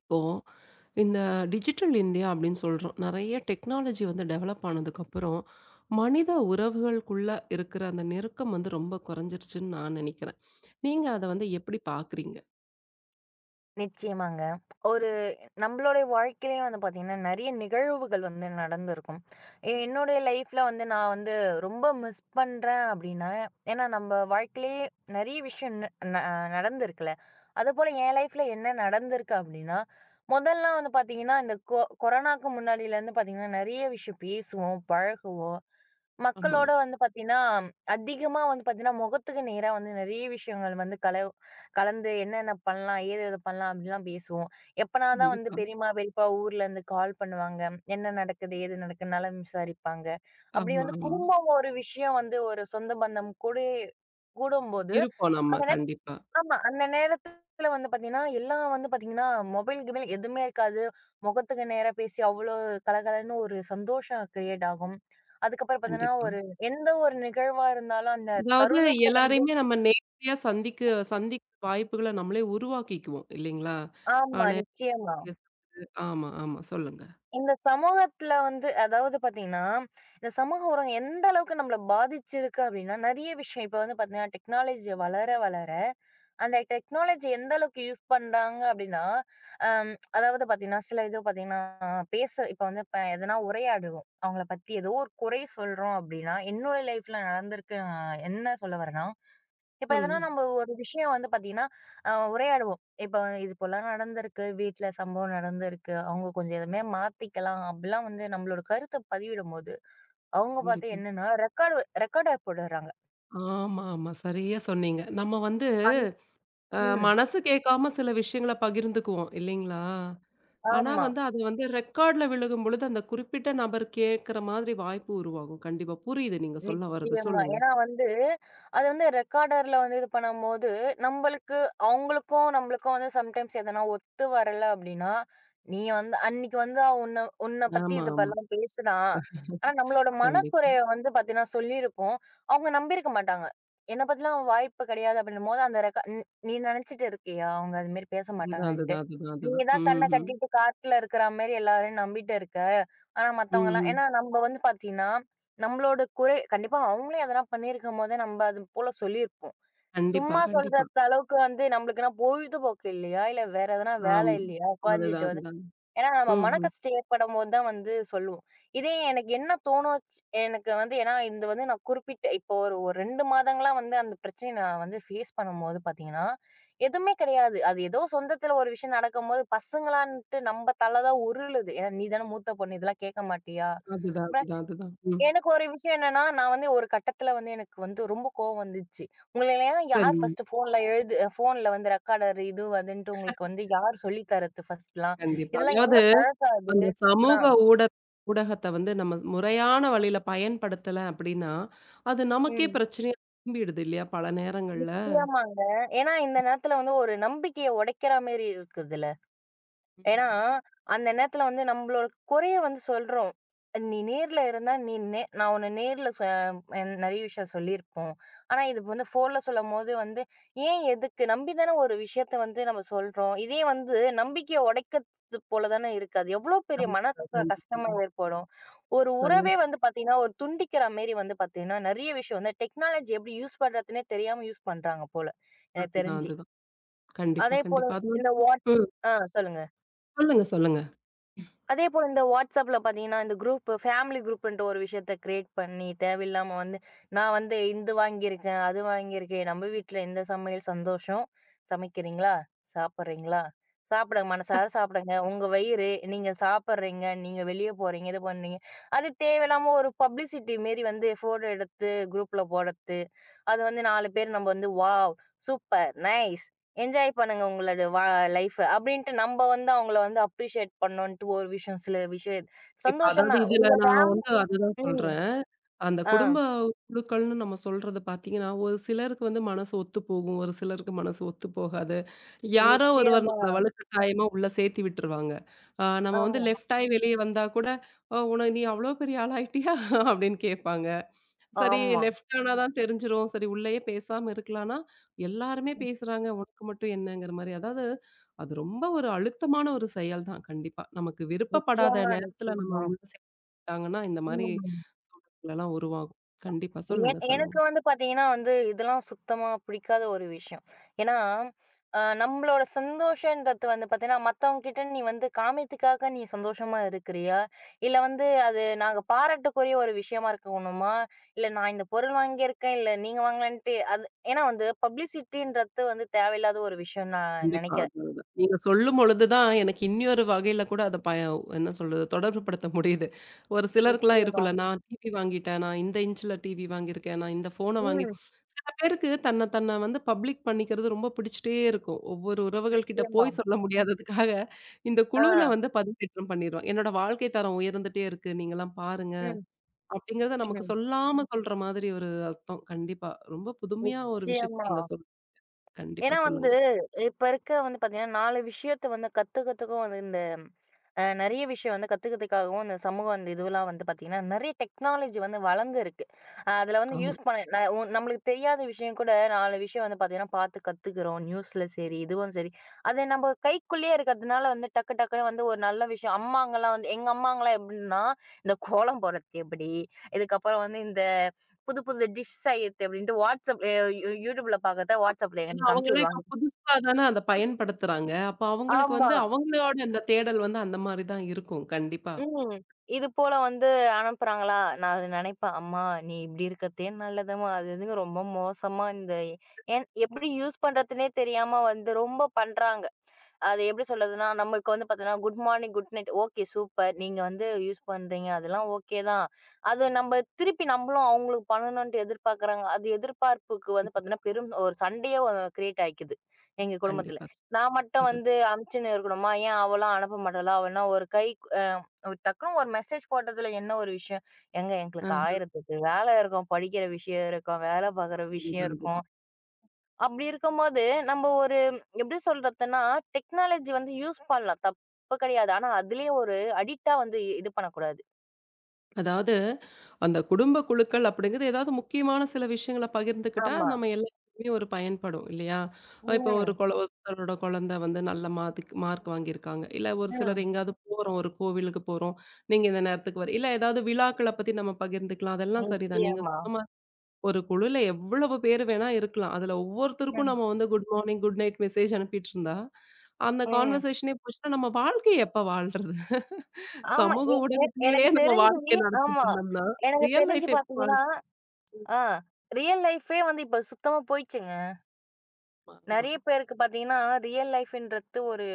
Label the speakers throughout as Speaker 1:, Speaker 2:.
Speaker 1: இப்போ இந்த digital India அப்படின்னு சொல்றோம். நெறைய டெக்னாலஜி வந்து டெவலப் ஆனதுக்கப்புறம், மனித உறவுகளுக்குள்ள இருக்கிற அந்த நெருக்கம் வந்து ரொம்ப குறைஞ்சிருச்சுன்னு நான் நெனைக்கிறேன். நீங்க அத வந்து எப்படி பார்க்குறீங்க?
Speaker 2: நிச்சயமாங்க. ஒரு நம்மளுடைய வாழ்க்கையிலேயும் வந்து பார்த்தீங்கன்னா, நெறைய நிகழ்வுகள் வந்து நடந்திருக்கும். என்னுடைய லைஃப்ல வந்து நான் வந்து ரொம்ப மிஸ் பண்றேன் அப்டின்னா, ஏன்னா நம்ம வாழ்க்கையிலேயே நெறைய விஷயம் ந ந நடந்திருக்குல்ல. அதுபோல என் லைஃப்ல என்ன நடந்திருக்கு அப்டின்னா, முதல்லாம் வந்து பார்த்தீங்கன்னா, இந்த கொரோனாக்கு முன்னாடிலேருந்து பார்த்தீங்கன்னா, நெறைய விஷயம் பேசுவோம், பழகுவோம்.
Speaker 1: ஆமா.
Speaker 2: மக்களோட வந்து பார்த்தீங்கன்னா, அதிகமா வந்து பார்த்தீங்கன்னா, முகத்துக்கு நேரா வந்து நெறைய விஷயங்கள் வந்து கலந்து என்னென்ன பண்ணலாம், ஏது ஏது பண்ணலாம் அப்டிலாம் பேசுவோம். எப்பனாதான் வந்து
Speaker 1: கண்டிப்பா.
Speaker 2: பெரியம்மா, பெரியப்பா ஊர்ல இருந்து கால் பண்ணுவாங்க. என்ன நடக்குது? ஏது நடக்குது? நலம் விசாரிப்பாங்க. அப்படி
Speaker 1: ஆமா,
Speaker 2: வந்து
Speaker 1: ஆமா.
Speaker 2: குடும்பம் ஒரு விஷயம் வந்து ஒரு சொந்த பந்தம் கூடும்போது,
Speaker 1: இருப்போம்
Speaker 2: அந்த
Speaker 1: நம்ம.
Speaker 2: நேரத்
Speaker 1: கண்டிப்பா,
Speaker 2: ஆமா. அந்த நேரத்துல வந்து பாத்தீங்கன்னா, எல்லாம் வந்து பாத்தீங்கன்னா, மொபைல், கிபைல் எதுவுமே இருக்காது. முகத்துக்கு நேரா பேசி அவ்ளோ கலகலன்னு ஒரு சந்தோஷம் கிரியேட் ஆகும். அதுக்கப்புறம் பாத்தீங்கன்னா,
Speaker 1: கண்டிப்பா.
Speaker 2: ஒரு எந்த ஒரு நிகழ்வா இருந்தாலும் அந்த
Speaker 1: அதாவது
Speaker 2: தருணத்த வந்து
Speaker 1: எல்லாரையுமே நம்ம நேரடியா சந்திக்க சந்திக்க வாய்ப்புகள நம்மளே உருவாக்கிக்குவோம் இல்லைங்களா? ஆ
Speaker 2: ஆமா. நிச்சயமா.
Speaker 1: நேரடியா சந்திச்சு ஆமா, ஆமா. சொல்லுங்க,
Speaker 2: இந்த சமூகத்துல வந்து அதாவது பாத்தீங்கன்னா, இந்த சமூக ஊடகம் எந்த அளவுக்கு நம்மள பாதிச்சிருக்கு அப்டின்னா, நெறைய விஷயம். இப்ப வந்து பாத்தீங்கன்னா, டெக்னாலஜி வளர, வளர அந்த டெக்னாலஜி எந்த அளவுக்கு யூஸ் பண்றாங்க அப்டின்னா, அதாவது பாத்தீங்கன்னா, சில இது பாத்தீங்கன்னா, இப்ப வந்து இப்ப எதனா உரையாடுவோம். அவங்கள பத்தி ஏதோ ஒரு குறை சொல்றோம் அப்டின்னா, என்னோட லைஃப்ல நடந்திருக்கு. நான் என்ன சொல்ல வரேன்னா, இப்ப எதனா
Speaker 1: சொல்லுங்க.
Speaker 2: நம்ம ஒரு விஷயம் வந்து பாத்தீங்கன்னா, உரையாடுவோம். இப்ப இது போல நடந்திருக்கு, வீட்ல சம்பவம் நடந்திருக்கு. அவங்க கொஞ்சம் எதுவுமே மாத்திக்கலாம் அப்படிலாம் வந்து நம்மளோட கருத்த பதிவிடும்போது, அவங்க பாத்து
Speaker 1: கண்டிப்பா.
Speaker 2: என்னன்னா ரெக்கார்டா போடுறாங்க.
Speaker 1: ஆமா, ஆமா. சரியா சொன்னீங்க. நம்ம வந்து
Speaker 2: அன் ம்.
Speaker 1: மனசு கேட்காம சில விஷயங்கள பகிர்ந்துக்குவோம் இல்லைங்களா? ஆனா
Speaker 2: ஆமா.
Speaker 1: வந்து அது வந்து ரெக்கார்ட்ல விழுகும்பொழுது, அந்த குறிப்பிட்ட நபர் கேட்கிற மாதிரி வாய்ப்பு உருவாகும். கண்டிப்பா. புரியுது நீங்க சொல்ல வர்றது.
Speaker 2: நிச்சயமா.
Speaker 1: சொல்லுங்க.
Speaker 2: ஏன்னா வந்து, அது வந்து ரெக்கார்டர்ல வந்து இது பண்ணும்போது, நம்பளுக்கு அவங்களுக்கும், நம்மளுக்கும் வந்து சம்டைம்ஸ் எதனா ஒத்து வரல அப்படின்னா, நீ வந்து அன்னைக்கு வந்து அவன் உன்ன உன்ன பத்தி
Speaker 1: ஆமா,
Speaker 2: இத
Speaker 1: ஆமா.
Speaker 2: இப்பல்லாம் பேசுனான். ஆனா நம்மளோட
Speaker 1: கண்டிப்பா.
Speaker 2: மனக்குறைய வந்து பாத்தீங்கன்னா சொல்லியிருப்போம். அவங்க நம்பியிருக்க மாட்டாங்க. என்ன பத்திலாம் வாய்ப்பு கிடையாது அப்படின்னும்போது, அந்த ரெக்கா நீ நீ நினைச்சுட்டு இருக்கியா? அவங்க அது மாரி பேச
Speaker 1: அதுதான்,
Speaker 2: மாட்டாங்கன்ட்டு.
Speaker 1: அதுதான், அதுதான்,
Speaker 2: நீ
Speaker 1: அதுதான்.
Speaker 2: தான் கண்ண
Speaker 1: ம்ஹ்ம்.
Speaker 2: கட்டிட்டு காட்டுல இருக்கிற மாரி எல்லாரையும் நம்பிட்டு இருக்க. ஆனா
Speaker 1: ம். ம்
Speaker 2: மத்தவங்கலாம்
Speaker 1: ம்.
Speaker 2: ஏன்னா நம்ப வந்து பாத்தீங்கன்னா, நம்மளோட குறை கண்டிப்பா அவங்களே எதனா பண்ணியிருக்கும்போது, நம்ப அது போல சொல்லியிருப்போம்.
Speaker 1: கண்டிப்பா,
Speaker 2: சும்மா
Speaker 1: கண்டிப்பா.
Speaker 2: சொல்றது அளவுக்கு வந்து நம்மளுக்குன்னா பொழுதுபோக்கு இல்லையா? இல்ல வேற எதனா வேலை
Speaker 1: ஆமா.
Speaker 2: இல்லையா?
Speaker 1: அதுதான்,
Speaker 2: உட்கார்ந்துட்டு வந்து
Speaker 1: அதுதான்.
Speaker 2: ஏன்னா நம்ம
Speaker 1: ம்ஹ்ம்.
Speaker 2: மனக்கஷ்டம் ஏற்படும்போது தான் வந்து சொல்லுவோம். இதே எனக்கு என்ன தோணுச்சு எனக்கு வந்து ஏன்னா இது வந்து நான் குறிப்பிட்ட இப்போ ஒரு ஒரு 2 மாதங்களா வந்து அந்த பிரச்சனைய நான் வந்து ஃபேஸ் பண்ணும்போது பார்த்தீங்கன்னா, எதுவுமே கிடையாது. அது ஏதோ சொந்தத்தில ஒரு விஷயம் நடக்கும்போது, பசங்களான்ட்டு நம்ப தல தான் உருளுது. ஏன்னா, "நீ தானே மூத்த பொண்ணு, இதெல்லாம் கேட்க மாட்டியா?"
Speaker 1: அதுதான், அதுதான், அதுதான். ம்.
Speaker 2: எனக்கு ஒரு விஷயம் என்னன்னா, நான் வந்து ஒரு கட்டத்துல வந்து எனக்கு வந்து ரொம்ப கோவம் வந்துச்சு. உங்களலாம் யார்
Speaker 1: சரிங்க.
Speaker 2: ஃபர்ஸ்ட் ஃபோன்ல ஃபோன்ல வந்து ரெக்கார்டர் இது அதுன்ட்டு உங்களுக்கு வந்து யார் சொல்லி தர்றது ஃபர்ஸ்ட்லாம்?
Speaker 1: கண்டிப்பா.
Speaker 2: இதெல்லாம்
Speaker 1: அதாவது
Speaker 2: என்ன பழக்கம்
Speaker 1: அந்த சமூக
Speaker 2: அதான்.
Speaker 1: ஊட ஊடகத்த வந்து நம்ம முறையான வழியில பயன்படுத்தல அப்படின்னா, அது நமக்கே
Speaker 2: ம்.
Speaker 1: பிரச்சனையா திரும்பிடுது இல்லையா? பல நேரங்கள்ல.
Speaker 2: நிச்சயமாங்க. ஏன்னா இந்த நேரத்துல வந்து ஒரு நம்பிக்கைய உடைக்கிற மாரி இருக்குதுல. ஏன்னா,
Speaker 1: ம்.
Speaker 2: அந்த நேரத்துல வந்து நம்மளோட குறைய வந்து சொல்றோம். "நீ நேர்ல இருந்தா நீ நே நான் உன்ன நேர்ல சொ அ நெறைய விஷயம் சொல்லியிருப்போம். ஆனா, இது வந்து ஃபோன்ல சொல்லும்போது வந்து, ஏன் எதுக்கு? நம்பி தானே ஒரு விஷயத்த வந்து நம்ம சொல்றோம். இதே வந்து நம்பிக்கைய உடைக்கிறது போல தானே இருக்கு. அது எவ்வளோ பெரிய மன
Speaker 1: கண்டிப்பா, கண்டிப்பா.
Speaker 2: கஷ்டமா ஏற்படும்." ஒரு
Speaker 1: சரியா
Speaker 2: உறவே
Speaker 1: சொன்னீங்க.
Speaker 2: வந்து பாத்தீங்கன்னா, ஒரு துண்டிக்கிற மாரி வந்து பாத்தீங்கன்னா, நெறைய விஷயம் வந்து டெக்னாலஜி எப்படி யூஸ் பண்றதுன்னே தெரியாம யூஸ் பண்றாங்க போல, எனக்கு
Speaker 1: அதுதான்,
Speaker 2: தெரிஞ்சு.
Speaker 1: அதுதான். கண்டிப்பா,
Speaker 2: அதேபோல
Speaker 1: கண்டிப்பா. அது வந்து
Speaker 2: இந்த வாட்ஸ்
Speaker 1: ம்.
Speaker 2: ஆ சொல்லுங்க.
Speaker 1: சொல்லுங்க, சொல்லுங்க.
Speaker 2: அதே போல இந்த WhatsAppல பார்த்தீங்கன்னா, இந்த குரூப் ஃபேமிலி குரூப்ன்ட்டு ஒரு விஷயத்த கிரியேட் பண்ணி, தேவையில்லாம வந்து நான் வந்து இது வாங்கியிருக்கேன், அது வாங்கியிருக்கேன். நம்ம வீட்ல இந்த சமையல் சந்தோஷம். சமைக்கிறீங்களா? சாப்பிடுறீங்களா? சாப்பிடுங்க மனசார சாப்பிடுங்க. உங்க வயிறு, நீங்க சாப்பிடுறீங்க, நீங்க வெளிய போறீங்க, இது பண்ணீங்க. அது தேவையில்லாம ஒரு பப்ளிசிட்டி மாரி வந்து ஃபோட்டோ எடுத்து குரூப்ல போடுறது. அது வந்து 4 பேர் நம்ம வந்து வாவ்! சூப்பர்! நைஸ்! என்ஜாய் பண்ணுங்க உங்களோட லைஃப. அப்படின்ட்டு நம்ப வந்து அவங்கள வந்து அப்ரிஷியேட் பண்ணோன்ட்டு ஒரு விஷயம் சில விஷயம்
Speaker 1: இப்ப
Speaker 2: சந்தோஷம்
Speaker 1: அதாவது
Speaker 2: தான்.
Speaker 1: இதுல
Speaker 2: உங்க
Speaker 1: நான்
Speaker 2: ஃபேம்
Speaker 1: வந்து அதுதான்
Speaker 2: ம்.
Speaker 1: சொல்றேன். அந்த
Speaker 2: ஆ.
Speaker 1: குடும்ப குழுக்கள்னு நம்ம சொல்றது பார்த்தீங்கன்னா, ஒரு சிலருக்கு வந்து மனசு ஒத்து போகும். ஒரு சிலருக்கு மனசு ஒத்து போகாது. யாரோ ஒருவர்
Speaker 2: நிச்சயமா.
Speaker 1: நம்மள வலுக்கட்டாயமா உள்ள சேர்த்தி விட்டுருவாங்க. நம்ம வந்து
Speaker 2: ஆமா,
Speaker 1: லெஃப்ட் ஆயி வெளிய வந்தா கூட, "ஓ! உன நீ அவ்ளோ பெரிய ஆளாயிட்டியா?" அப்படின்னு கேட்பாங்க. சரி
Speaker 2: ஆமா.
Speaker 1: லெஃப்ட் ஆனா தான் தெரிஞ்சிரும். சரி உள்ளயே பேசாம இருக்கலாம்னா, எல்லாருமே பேசுறாங்க. உனக்கு மட்டும் என்னங்கிற மாரி. அதாவது அது ரொம்ப ஒரு அழுத்தமான ஒரு செயல் தான் கண்டிப்பா. நமக்கு விருப்பப்படாத
Speaker 2: நிச்சயமா,
Speaker 1: நேரத்துல நம்ம
Speaker 2: நிச்சயமா.
Speaker 1: உள்ள சேர்ந்துட்டாங்கன்னா, இந்த மாரி
Speaker 2: ம்.
Speaker 1: சூழ்நிலைகள்லாம் உருவாகும். கண்டிப்பா. சொல்லுங்க, சொல்லுங்க.
Speaker 2: எனக்கு வந்து பாத்தீங்கன்னா வந்து, இதெல்லாம் சுத்தமா பிடிக்காத ஒரு விஷயம். ஏன்னா, நம்மளோட சந்தோஷன்றது வந்து பாத்தீங்கன்னா, மத்தவங்ககிட்ட நீ வந்து காமியத்துக்காக நீ சந்தோஷமா இருக்கிறியா? இல்ல வந்து அது நாங்க பாராட்டுக்குரிய ஒரு விஷயமா இருக்கணுமா? இல்ல நான் இந்த பொருள் வாங்கியிருக்கேன், இல்ல நீங்க வாங்கலன்ட்டு அது ஏன்னா வந்து பப்ளிசிட்டின்றது வந்து தேவையில்லாத ஒரு விஷயம்னு நான்
Speaker 1: கண்டிப்பா.
Speaker 2: நெனைக்கிறேன்.
Speaker 1: அது அது. நீங்க சொல்லும்பொழுது தான் எனக்கு இன்னொரு வகையில கூட அத என்ன சொல்றது? தொடர்புபடுத்த முடியுது. ஒரு சிலருக்குலாம்
Speaker 2: நிச்சயமா.
Speaker 1: இருக்குல்ல, நான் டிவி வாங்கிட்டேன். நான் இந்த இன்ச்சுல டிவி வாங்கியிருக்கேன். நான் இந்த ஃபோன
Speaker 2: ம்.
Speaker 1: சில பேருக்கு தன்ன தன்ன வந்து பப்ளிக் பண்ணிக்கிறது ரொம்ப பிடிச்சிட்டே இருக்கும். ஒவ்வொரு உறவுகள் கிட்ட
Speaker 2: நிச்சயமா.
Speaker 1: போய் சொல்ல முடியாததுக்காக, இந்த குழுவுல
Speaker 2: ஆ.
Speaker 1: வந்து பதிவேற்றம் பண்ணிருவாங்க. என்னோட வாழ்க்கை தரம் உயர்ந்துட்டே இருக்கு. நீங்கலாம் பாருங்க.
Speaker 2: ம்.
Speaker 1: அப்படிங்கிறத நமக்கு
Speaker 2: ம்.
Speaker 1: சொல்லாம சொல்ற மாதிரி ஒரு அர்த்தம். கண்டிப்பா. ரொம்ப புதுமையா ஒரு விஷயத்த
Speaker 2: நிச்சயமா.
Speaker 1: நீங்க கண்டிப்பா
Speaker 2: ஏன்னா வந்து,
Speaker 1: சொல்லுங்க.
Speaker 2: இப்ப இருக்க வந்து பாத்தீங்கன்னா, 4 விஷயத்த வந்து கத்துக்கிறதுக்கும் வந்து இந்த நெறைய விஷயம் வந்து கத்துக்கிறதுக்காகவும் இந்த சமூகம் அந்த இதுவெல்லாம் வந்து பாத்தீங்கன்னா, நெறைய டெக்னாலஜி வந்து வளர்ந்து இருக்கு. அதுல வந்து
Speaker 1: ஆமா.
Speaker 2: யூஸ் பண்ண ந ஒ நம்மளுக்கு தெரியாத விஷயம் கூட 4 விஷயம் வந்து பாத்தீங்கன்னா, பாத்து கத்துக்கிறோம். நியூஸ்ல சரி, இதுவும் சரி. அது நம்ம கைக்குள்ளேயே இருக்கிறதுனால வந்து டக்கு டக்குன்னு வந்து ஒரு நல்ல விஷயம் அம்மாங்கலாம் வந்து எங்க அம்மாங்கலாம் எப்படின்னா, இந்த கோலம் போடுறது எப்படி? இதுக்கப்புறம் வந்து இந்த புது புது டிஷ் செய்யறது எப்படின்ட்டு WhatsApp, YouTubeல பாக்கறத WhatsAppல
Speaker 1: ஏன்னா
Speaker 2: எனக்கு அனுப்பிச்சு
Speaker 1: அவங்கலாம் இப்ப
Speaker 2: விடுவாங்க.
Speaker 1: புதுசா தானே அத பயன்படுத்துறாங்க. அப்ப அவங்களுக்கு
Speaker 2: ஆமா.
Speaker 1: வந்து அவங்களோட அந்த தேடல் வந்து அந்த மாரி தான் இருக்கும். கண்டிப்பா.
Speaker 2: ம். இது போல வந்து அனுப்புறாங்களா? நான் அது நினைப்பேன். அம்மா நீ இப்டி இருக்கத்தே நல்லதும்மா. அது இதுன்னு ரொம்ப மோசமா இந்த எப்படி யூஸ் பண்றதுன்னே தெரியாம வந்து ரொம்ப பண்றாங்க. அது எப்படி சொல்றதுன்னா, நமக்கு வந்து பார்த்தீங்கன்னா, good morning, good night okay super. நீங்க வந்து யூஸ் பண்றீங்க. அதெல்லாம் ஓகே தான். அது நம்ம திருப்பி நம்மளும் அவங்களுக்கு பண்ணணும்ன்ட்டு எதிர்பார்க்குறாங்க. அது எதிர்பார்ப்புக்கு வந்து பார்த்தீங்கன்னா, பெரும் ஒரு சண்டையே கிரியேட் ஆயிக்கிது. எங்க குடும்பத்துல.
Speaker 1: கண்டிப்பா.
Speaker 2: நான் மட்டும்
Speaker 1: அது
Speaker 2: வந்து அனுப்பிச்சுன்னு இருக்கணுமா? ஏன் அவலாம் அனுப்ப மாட்டாளா? அவனா ஒரு கை அ டக்குன்னு ஒரு மெசேஜ் போட்டதுல என்ன ஒரு விஷயம்? ஏங்க எங்களுக்கு
Speaker 1: அ
Speaker 2: 1008 வேலை இருக்கும். படிக்கிற விஷயம் இருக்கும். வேலை பார்க்குற விஷயம்
Speaker 1: அதுதான்,
Speaker 2: இருக்கும்.
Speaker 1: அதுதான்.
Speaker 2: அப்படி இருக்கும்போது, நம்ம ஒரு எப்படி சொல்றதுன்னா, டெக்னாலஜி வந்து யூஸ் பண்ணலாம். தப்பு கிடையாது. ஆனா அதிலயே ஒரு அடிக்ட்டா வந்து இது பண்ணக்கூடாது.
Speaker 1: அதாவது அந்த குடும்ப குழுக்கள் அப்படிங்கிறது ஏதாவது முக்கியமான சில விஷயங்கள பகிர்ந்துக்கிட்டா
Speaker 2: ஆமா.
Speaker 1: நம்ம எல்லாருக்குமே ஒரு பயன்படும் இல்லையா? இப்போ ஒரு
Speaker 2: ம்.
Speaker 1: ஒருத்தரோட குழந்தை வந்து நல்ல மார்க் மார்க் வாங்கியிருக்காங்க. இல்ல ஒரு சிலர்
Speaker 2: ம்.
Speaker 1: எங்கேயாவது போறோம், ஒரு கோவிலுக்கு போறோம். நீங்க இந்த நேரத்துக்கு வர இல்ல ஏதாவது விழாக்கள பத்தி நம்ம பகிர்ந்துக்கலாம். அதெல்லாம் சரிதான். நீங்க
Speaker 2: நிச்சயமா.
Speaker 1: சொன்ன ஒரு குழுல எவ்வளவு பேர் வேணா இருக்கலாம். அதுல ஒவ்வொருத்தருக்கும்
Speaker 2: ம்.
Speaker 1: நம்ம வந்து good morning, good night message அனுப்பிட்டு இருந்தா, அந்த
Speaker 2: ம்.
Speaker 1: கான்வர்சேஷனே போச்சுன்னா, நம்ம வாழ்க்கைய எப்ப வாழ்றது?
Speaker 2: ஆமா.
Speaker 1: சமூக
Speaker 2: எ எ
Speaker 1: ஊடகத்திலேயே
Speaker 2: எனக்கு
Speaker 1: நம்ம
Speaker 2: தெரிஞ்சு
Speaker 1: வாழ்க்கைய நடத்திட்டு
Speaker 2: ஆமா.
Speaker 1: இருந்தோம்னா,
Speaker 2: எனக்கு
Speaker 1: ரியல்
Speaker 2: தெரிஞ்சு
Speaker 1: லைஃப் எப்ப
Speaker 2: பார்த்தீங்கன்னா, ஆ ரியல் லைஃபே வந்து இப்ப சுத்தமா போயிடுச்சுங்க.
Speaker 1: ஆமா.
Speaker 2: நெறைய பேருக்கு பார்த்தீங்கன்னா, ரியல் லைஃப்ன்றது ஒரு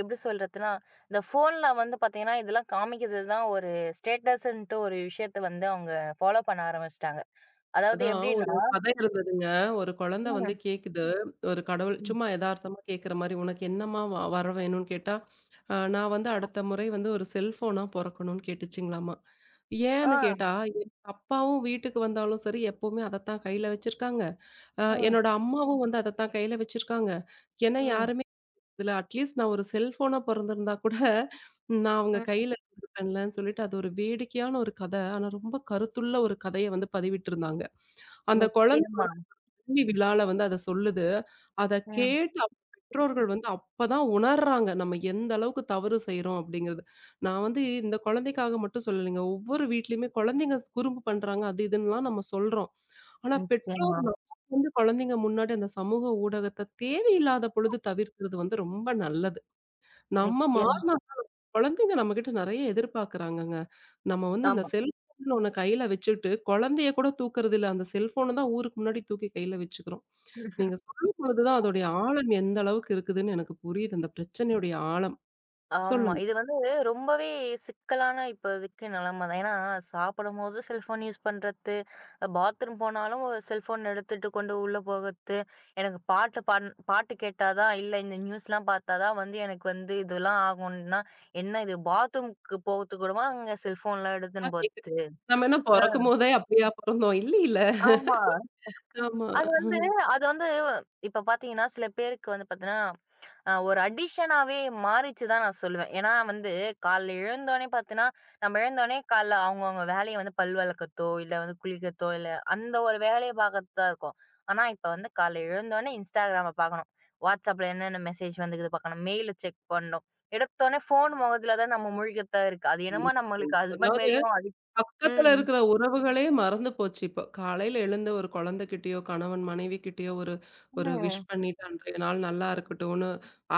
Speaker 2: எப்படி சொல்றதுன்னா, இந்த ஃபோன்ல வந்து பார்த்தீங்கன்னா, இதெல்லாம் காமிக்கிறது தான் ஒரு ஸ்டேட்டஸ்ன்ட்டு ஒரு விஷயத்த வந்து அவங்க ஃபாலோ பண்ண ஆரம்பிச்சுட்டாங்க. அதாவது
Speaker 1: அதான்
Speaker 2: எப்படின்னா
Speaker 1: ஒரு கதை இருந்ததுங்க. ஒரு குழந்தை வந்து
Speaker 2: ம்.
Speaker 1: கேக்குது. ஒரு கடவுள்
Speaker 2: ம்.
Speaker 1: சும்மா எதார்த்தமா கேக்குற மாரி, "உனக்கு என்னம்மா வரம் வேணும்னு?" கேட்டா, "நான் வந்து அடுத்த முறை வந்து ஒரு செல்ஃபோனா பொறக்கணும்னு" கேட்டுச்சுங்களாமா. ஏன்னு
Speaker 2: ஆ.
Speaker 1: கேட்டா, "என் அப்பாவும் வீட்டுக்கு வந்தாலும் சரி, எப்பவுமே அதத்தான் கையில வச்சிருக்காங்க.
Speaker 2: ம்.
Speaker 1: என்னோட அம்மாவும் வந்து அதத்தான் கையில வச்சிருக்காங்க. ஏன்னா
Speaker 2: ம்.
Speaker 1: யாருமே இதுல அட்லீஸ்ட் நான் ஒரு செல்ஃபோனா பொறந்திருந்தா கூட, நான் அவங்க
Speaker 2: ம்.
Speaker 1: கையில இருந்திருப்பேன்லன்னு" சொல்லிட்டு, அது ஒரு வேடிக்கையான ஒரு கதை. ஆனா ரொம்ப கருத்துள்ள ஒரு கதைய வந்து பதிவிட்டிருந்தாங்க. அந்த குழந்தை
Speaker 2: நிச்சயமா.
Speaker 1: வள்ளி விழால வந்து அத சொல்லுது. அத
Speaker 2: ம்.
Speaker 1: கேட்டு அவங்க பெற்றோர்கள் வந்து அப்பதான் உணர்றாங்க. நம்ம எந்த அளவுக்கு தவறு செய்றோம் அப்படிங்கிறது. நான் வந்து இந்த குழந்தைக்காக மட்டும் சொல்லலைங்க. ஒவ்வொரு வீட்லயுமே குழந்தைங்க குறும்பு பண்றாங்க. அது இதுன்னுலாம் நம்ம சொல்றோம். ஆனா பெற்றோர்
Speaker 2: நிச்சயமா.
Speaker 1: நம்ம வந்து குழந்தைங்க முன்னாடி அந்த சமூக ஊடகத்த தேவையில்லாத பொழுது தவிர்க்கிறது வந்து ரொம்ப நல்லது. நம்ம
Speaker 2: நிச்சயம்.
Speaker 1: மாறுனா குழந்தைங்க நம்மகிட்ட நெறைய எதிர்பார்க்குறாங்கங்க. நம்ம வந்து இந்த
Speaker 2: ஆமா.
Speaker 1: செல்ஃபோன்னு ஒண்ணு கையில வச்சுட்டு, குழந்தைய கூட தூக்குறது இல்ல. அந்த செல்ஃபோன தான் ஊருக்கு முன்னாடி தூக்கி கையில வச்சுக்கிறோம். நீங்க சொல்லும்பொழுது தான் அதோடைய ஆழம் எந்த அளவுக்கு இருக்குதுன்னு எனக்கு புரியுது. அந்த பிரச்சனையுடைய ஆழம்.
Speaker 2: ஆமா.
Speaker 1: சொல்லுங்க.
Speaker 2: இது வந்து ரொம்பவே சிக்கலான இப்போதைக்கு நிலைமை தான். ஏன்னா சாப்பிடும்போது செல்ஃபோன் யூஸ் பண்றது, பாத்ரூம் போனாலும் செல்ஃபோன் எடுத்துட்டு கொண்டு உள்ள போகறது. எனக்கு பாட்டு கேட்டா தான், இல்ல இந்த நியூஸ்லாம் பார்த்தா தான் வந்து எனக்கு வந்து இதெல்லாம் ஆகும்னா, என்ன இது பாத்ரூம்க்கு போகறதுக்கு கூடவா அங்க செல்ஃபோன்லாம்
Speaker 1: நான்
Speaker 2: எடுத்துன்னு
Speaker 1: கேட்கிறேன்.
Speaker 2: போறது.
Speaker 1: நம்ம என்ன
Speaker 2: அ
Speaker 1: பொறக்கும்போதே அப்படியா பொறந்தோம்? இல்லைல்ல.
Speaker 2: ஆமா.
Speaker 1: ஆமா.
Speaker 2: அது வந்து அது வந்து இப்ப பாத்தீங்கன்னா, சில பேருக்கு வந்து பாத்தீங்கன்னா, ஒரு அடிக்ஷனாவே மாறிச்சு தான் நான் சொல்லுவேன். ஏன்னா வந்து காலைல எழுந்தோனே பாத்தீங்கன்னா, நம்ம எழுந்தோனே காலைல அவங்கவங்க வேலைய வந்து பல் வெளக்கத்தோ, இல்ல வந்து குளிக்கத்தோ, இல்ல அந்த ஒரு வேலைய பாக்கறது தான் இருக்கும். ஆனா இப்ப வந்து காலைல எழுந்தோனே Instagramம பாக்கணும். WhatsAppல என்னென்ன மெசேஜ் வந்துருக்குது பாக்கணும். மெயில செக் பண்ணணும். எடுத்தோனே ஃபோன் மொகத்துல தான் நம்ம முழிக்கத்தான் இருக்கு. அது என்னமோ
Speaker 1: கண்டிப்பா,
Speaker 2: நம்மளுக்கு
Speaker 1: கண்டிப்பா.
Speaker 2: ஹஸ்பண்ட்
Speaker 1: அதாவது
Speaker 2: மாரியும்
Speaker 1: பக்கத்துல
Speaker 2: ம்.
Speaker 1: இருக்கிற உறவுகளே மறந்து போச்சு இப்போ. காலையில எழுந்த ஒரு குழந்தைகிட்டயோ, கணவன் மனைவிகிட்டயோ ஒரு ஒரு விஷ்
Speaker 2: ம்.
Speaker 1: பண்ணிட்டு அன்றைய நாள் நல்லா இருக்கட்டும்னு,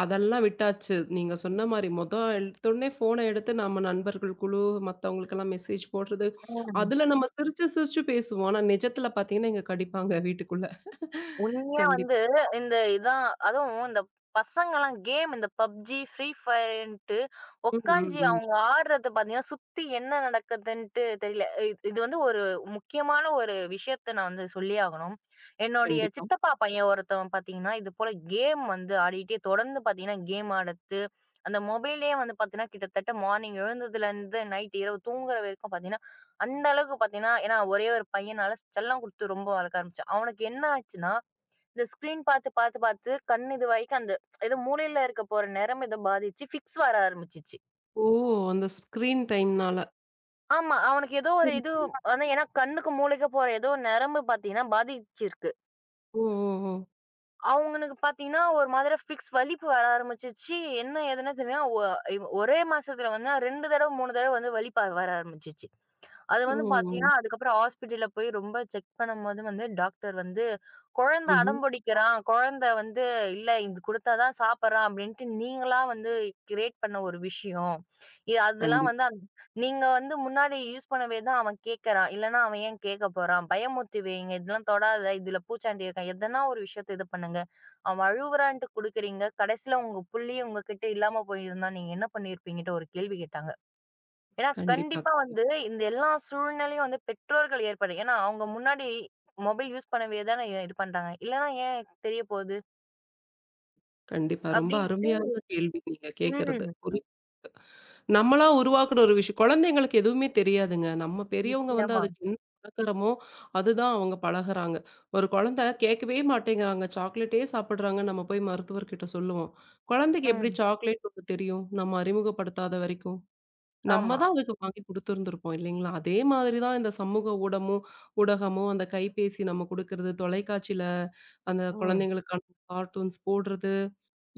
Speaker 1: அதெல்லாம் விட்டாச்சு. நீங்க சொன்ன மாரி எடுத்தோனே ஃபோன எடுத்து நம்ம நண்பர்கள் குழு மத்தவங்களுக்கெல்லாம் மெசேஜ் போடுறது.
Speaker 2: ம்.
Speaker 1: அதுல நம்ம சிரிச்சு சிரிச்சு பேசுவோம். ஆனா நிஜத்துல பார்த்தீங்கன்னா, இங்க கடிப்பாங்க வீட்டுக்குள்ள.
Speaker 2: உண்மையா
Speaker 1: கண்டிப்பா.
Speaker 2: வந்து இந்த இதான் அதுவும் இந்த பசங்கலாம் கேம் இந்த பப்ஜி, ஃப்ரீ ஃபயர்ன்ட்டு
Speaker 1: ம், ம்,
Speaker 2: உட்காந்து
Speaker 1: ம்.
Speaker 2: அவங்க ஆடுறத பார்த்தீங்கன்னா, சுத்தி என்ன நடக்குதுன்ட்டு தெரியல. இது இது வந்து ஒரு முக்கியமான ஒரு விஷயத்த நான் வந்து சொல்லியே ஆகணும். என்னுடைய
Speaker 1: கண்டிப்பா.
Speaker 2: சித்தப்பா பையன் ஒருத்தவன் பார்த்தீங்கன்னா, இது போல கேம் வந்து ஆடிட்டே தொடர்ந்து பார்த்தீங்கன்னா, கேம் ஆடுறது, அந்த மொபைல்லயே வந்து பார்த்தீங்கன்னா, கிட்டத்தட்ட மார்னிங் எழுந்ததுலேருந்து நைட் இரவு தூங்குற வரைக்கும் பார்த்தீங்கன்னா, அந்த அளவுக்கு பார்த்தீங்கன்னா ஏன்னா ஒரே ஒரு பையனால செல்லம் குடுத்து ரொம்ப வளர்க்க ஆரம்பிச்சேன். அவனுக்கு என்ன ஆச்சுன்னா, இந்த ஸ்க்ரீன் பாத்து, பாத்து, பாத்து கண் இதுவரைக்கும் அந்த ஏதோ மூளையில இருக்க போற நரம்பு இத பாதிச்சு, ஃபிக்ஸ் வர ஆரம்பிச்சுச்சு.
Speaker 1: ஓ! அந்த ஸ்க்ரீன் டைம்னால.
Speaker 2: ஆமா. அவனுக்கு ஏதோ ஒரு
Speaker 1: சரி.
Speaker 2: இது வந்து ஏன்னா கண்ணுக்கு, மூளைக்கு போற ஏதோ நரம்பு பாத்தீங்கன்னா பாதிச்சிருக்கு.
Speaker 1: ஓ, ஓ, ஓ.
Speaker 2: அவங்களுக்கு பாத்தீங்கன்னா, ஒரு மாதிரி ஃபிக்ஸ் வலிப்பு வர ஆரம்பிச்சுச்சு. என்ன ஏதுன்னு தெரில. ஒரே மாசத்துல வந்து 2 தடவ, 3 தடவ வந்து வலிப்பு வர ஆரம்பிச்சுச்சு. அது
Speaker 1: ஓ!
Speaker 2: வந்து பார்த்தீங்கன்னா, அதுக்கப்புறம் ஹாஸ்பிட்டல்ல போய் ரொம்ப செக் பண்ணும்போது வந்து டாக்டர் வந்து, "குழந்தை
Speaker 1: ம்ஹ்ம்.
Speaker 2: அடம் பிடிக்கிறான். குழந்தை வந்து இல்ல இது குடுத்தா தான் சாப்பிடுறான்" அப்படின்ட்டு நீங்களா வந்து கிரியேட் பண்ண ஒரு விஷயம். இ அதெல்லாம்
Speaker 1: கண்டிப்பா,
Speaker 2: வந்து அந் நீங்க வந்து முன்னாடி யூஸ் பண்ணவே தான் அவன் கேட்கறான். இல்லன்னா அவன் ஏன் கேட்கப் போறான்? பயமுறுத்தி வையுங்க. இதெல்லாம் தொடாத. இதுல பூச்சாண்டி இருக்கான். எதனா ஒரு விஷயத்த இது பண்ணுங்க. அவன் அழுவுறான்ட்டு குடுக்குறீங்க. கடைசியில உங்க புள்ளயும் உங்ககிட்ட இல்லாம போயிருந்தா நீங்க என்ன பண்ணியிருப்பீங்கன்ட்டு ஒரு கேள்வி கேட்டாங்க. ஏன்னா,
Speaker 1: கண்டிப்பா.
Speaker 2: கண்டிப்பா வந்து இந்த எல்லா சூழ்நிலையும் வந்து பெற்றோர்கள் ஏற்படும். ஏன்னா, அவங்க முன்னாடி மொபைல் யூஸ் பண்ணவே தானே இது பண்றாங்க. இல்லன்னா ஏன் தெரிய போகுது?
Speaker 1: கண்டிப்பா. ரொம்ப
Speaker 2: அப்படின்ட்டு
Speaker 1: அருமையான கேள்வி நீங்க கேட்கறது.
Speaker 2: ம்.
Speaker 1: குறிப்பு. நம்மளா உருவாக்குன ஒரு விஷயம். குழந்தைங்களுக்கு எதுவுமே தெரியாதுங்க. நம்ம பெரியவங்க வந்து
Speaker 2: நிச்சயமா.
Speaker 1: அதுக்கு என்ன பழக்கறமோ, அதுதான் அவங்க பழகுறாங்க. ஒரு குழந்தை கேட்கவே மாட்டேங்கிறாங்க. சாக்லேட்டே சாப்பிடுறாங்க. நம்ம போய் மருத்துவர்கிட்ட சொல்லுவோம். குழந்தைக்கு எப்படி
Speaker 2: ம்.
Speaker 1: சாக்லேட் ஒண்ணு தெரியும்? நம்ம அறிமுகப்படுத்தாத வரைக்கும். நம்ம
Speaker 2: ஆமா.
Speaker 1: தான் அதுக்கு வாங்கி குடுத்துருந்துருப்போம் இல்லைங்களா? அதே மாதிரி தான் இந்த சமூக ஊடகமும் அந்த கைபேசி நம்ம குடுக்கறது, தொலைக்காட்சியில அந்த
Speaker 2: ம்.
Speaker 1: குழந்தைங்களுக்கான கார்ட்டூன்ஸ் போடுறது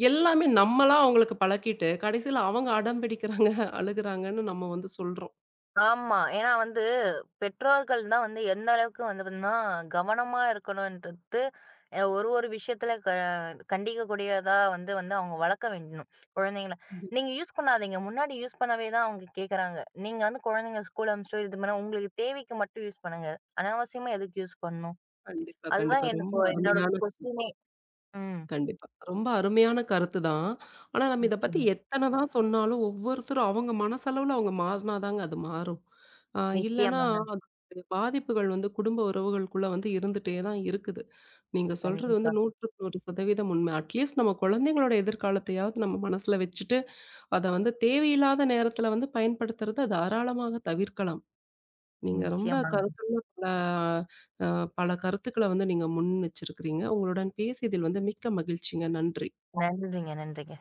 Speaker 1: எல்லாமே நம்மளா அவங்களுக்கு பழக்கிட்டு, கடைசில அவங்க அடம் பிடிக்கிறாங்க, அழுகுறாங்கன்னு நம்ம வந்து சொல்றோம்.
Speaker 2: ஆமா. ஏன்னா வந்து பெற்றோர்கள் தான் வந்து எந்த அளவுக்கு வந்து பார்த்தீங்கன்னா, கவனமா இருக்கணுன்றது ஒரு ஒரு விஷயத்துல கண்டிக்கக்கூடியதா வந்து வந்து அவங்க வளர்க்க வேண்டும், குழந்தைங்கள.
Speaker 1: கண்டிப்
Speaker 2: நீங்க யூஸ் பண்ணாதீங்க. முன்னாடி யூஸ் பண்ணவே தான் அவங்க கேட்கறாங்க. நீங்க வந்து குழந்தைங்க ஸ்கூல் அனுப்பிச்சோ இது பண்ணா உங்களுக்கு தேவைக்கு மட்டும் யூஸ் பண்ணுங்க. அனாவசியமா எதுக்கு யூஸ் பண்ணணும்?
Speaker 1: கண்டிப்பா,
Speaker 2: அதுதான்
Speaker 1: கண்டிப்பா.
Speaker 2: எனக்கு
Speaker 1: ரொம்ப
Speaker 2: என்னோட
Speaker 1: அருமையான கருத்து.
Speaker 2: கொஸ்டினே. ம்.
Speaker 1: கண்டிப்பா. ரொம்ப அருமையான கருத்து தான். ஆனா, நம்ம இத பத்தி
Speaker 2: நிச்சயமா.
Speaker 1: எத்தனை தான் சொன்னாலும், ஒவ்வொருத்தரும் அவங்க மனசளவுல அவங்க மாறுனா தாங்க அது மாறும். அ இல்லன்னா,
Speaker 2: நிச்சயமாங்க.
Speaker 1: அதோடைய பாதிப்புகள் வந்து குடும்ப உறவுகளுக்குள்ள வந்து இருந்துட்டே தான் இருக்குது. நீங்க சொல்றது வந்து
Speaker 2: கண்டிப்பா.
Speaker 1: 100க்கு 100% உண்ம. அட்லீஸ்ட் நம்ம குழந்தைங்களோட எதிர்காலத்தையாவது நம்ம மனசுல வச்சுட்டு, அத வந்து தேவையில்லாத நேரத்துல வந்து பயன்படுத்துறத தாராளமாக தவிர்க்கலாம். நீங்க ரொம்ப
Speaker 2: நிச்சயமாங்க.
Speaker 1: கருத்துள்ள பல அ பல கருத்துக்கள வந்து நீங்க முன் வச்சிருக்கிறீங்க. உங்களுடன் பேசியதில் வந்து மிக்க மகிழ்ச்சிங்க. நன்றி.
Speaker 2: நன்றிங்க, நன்றிங்க.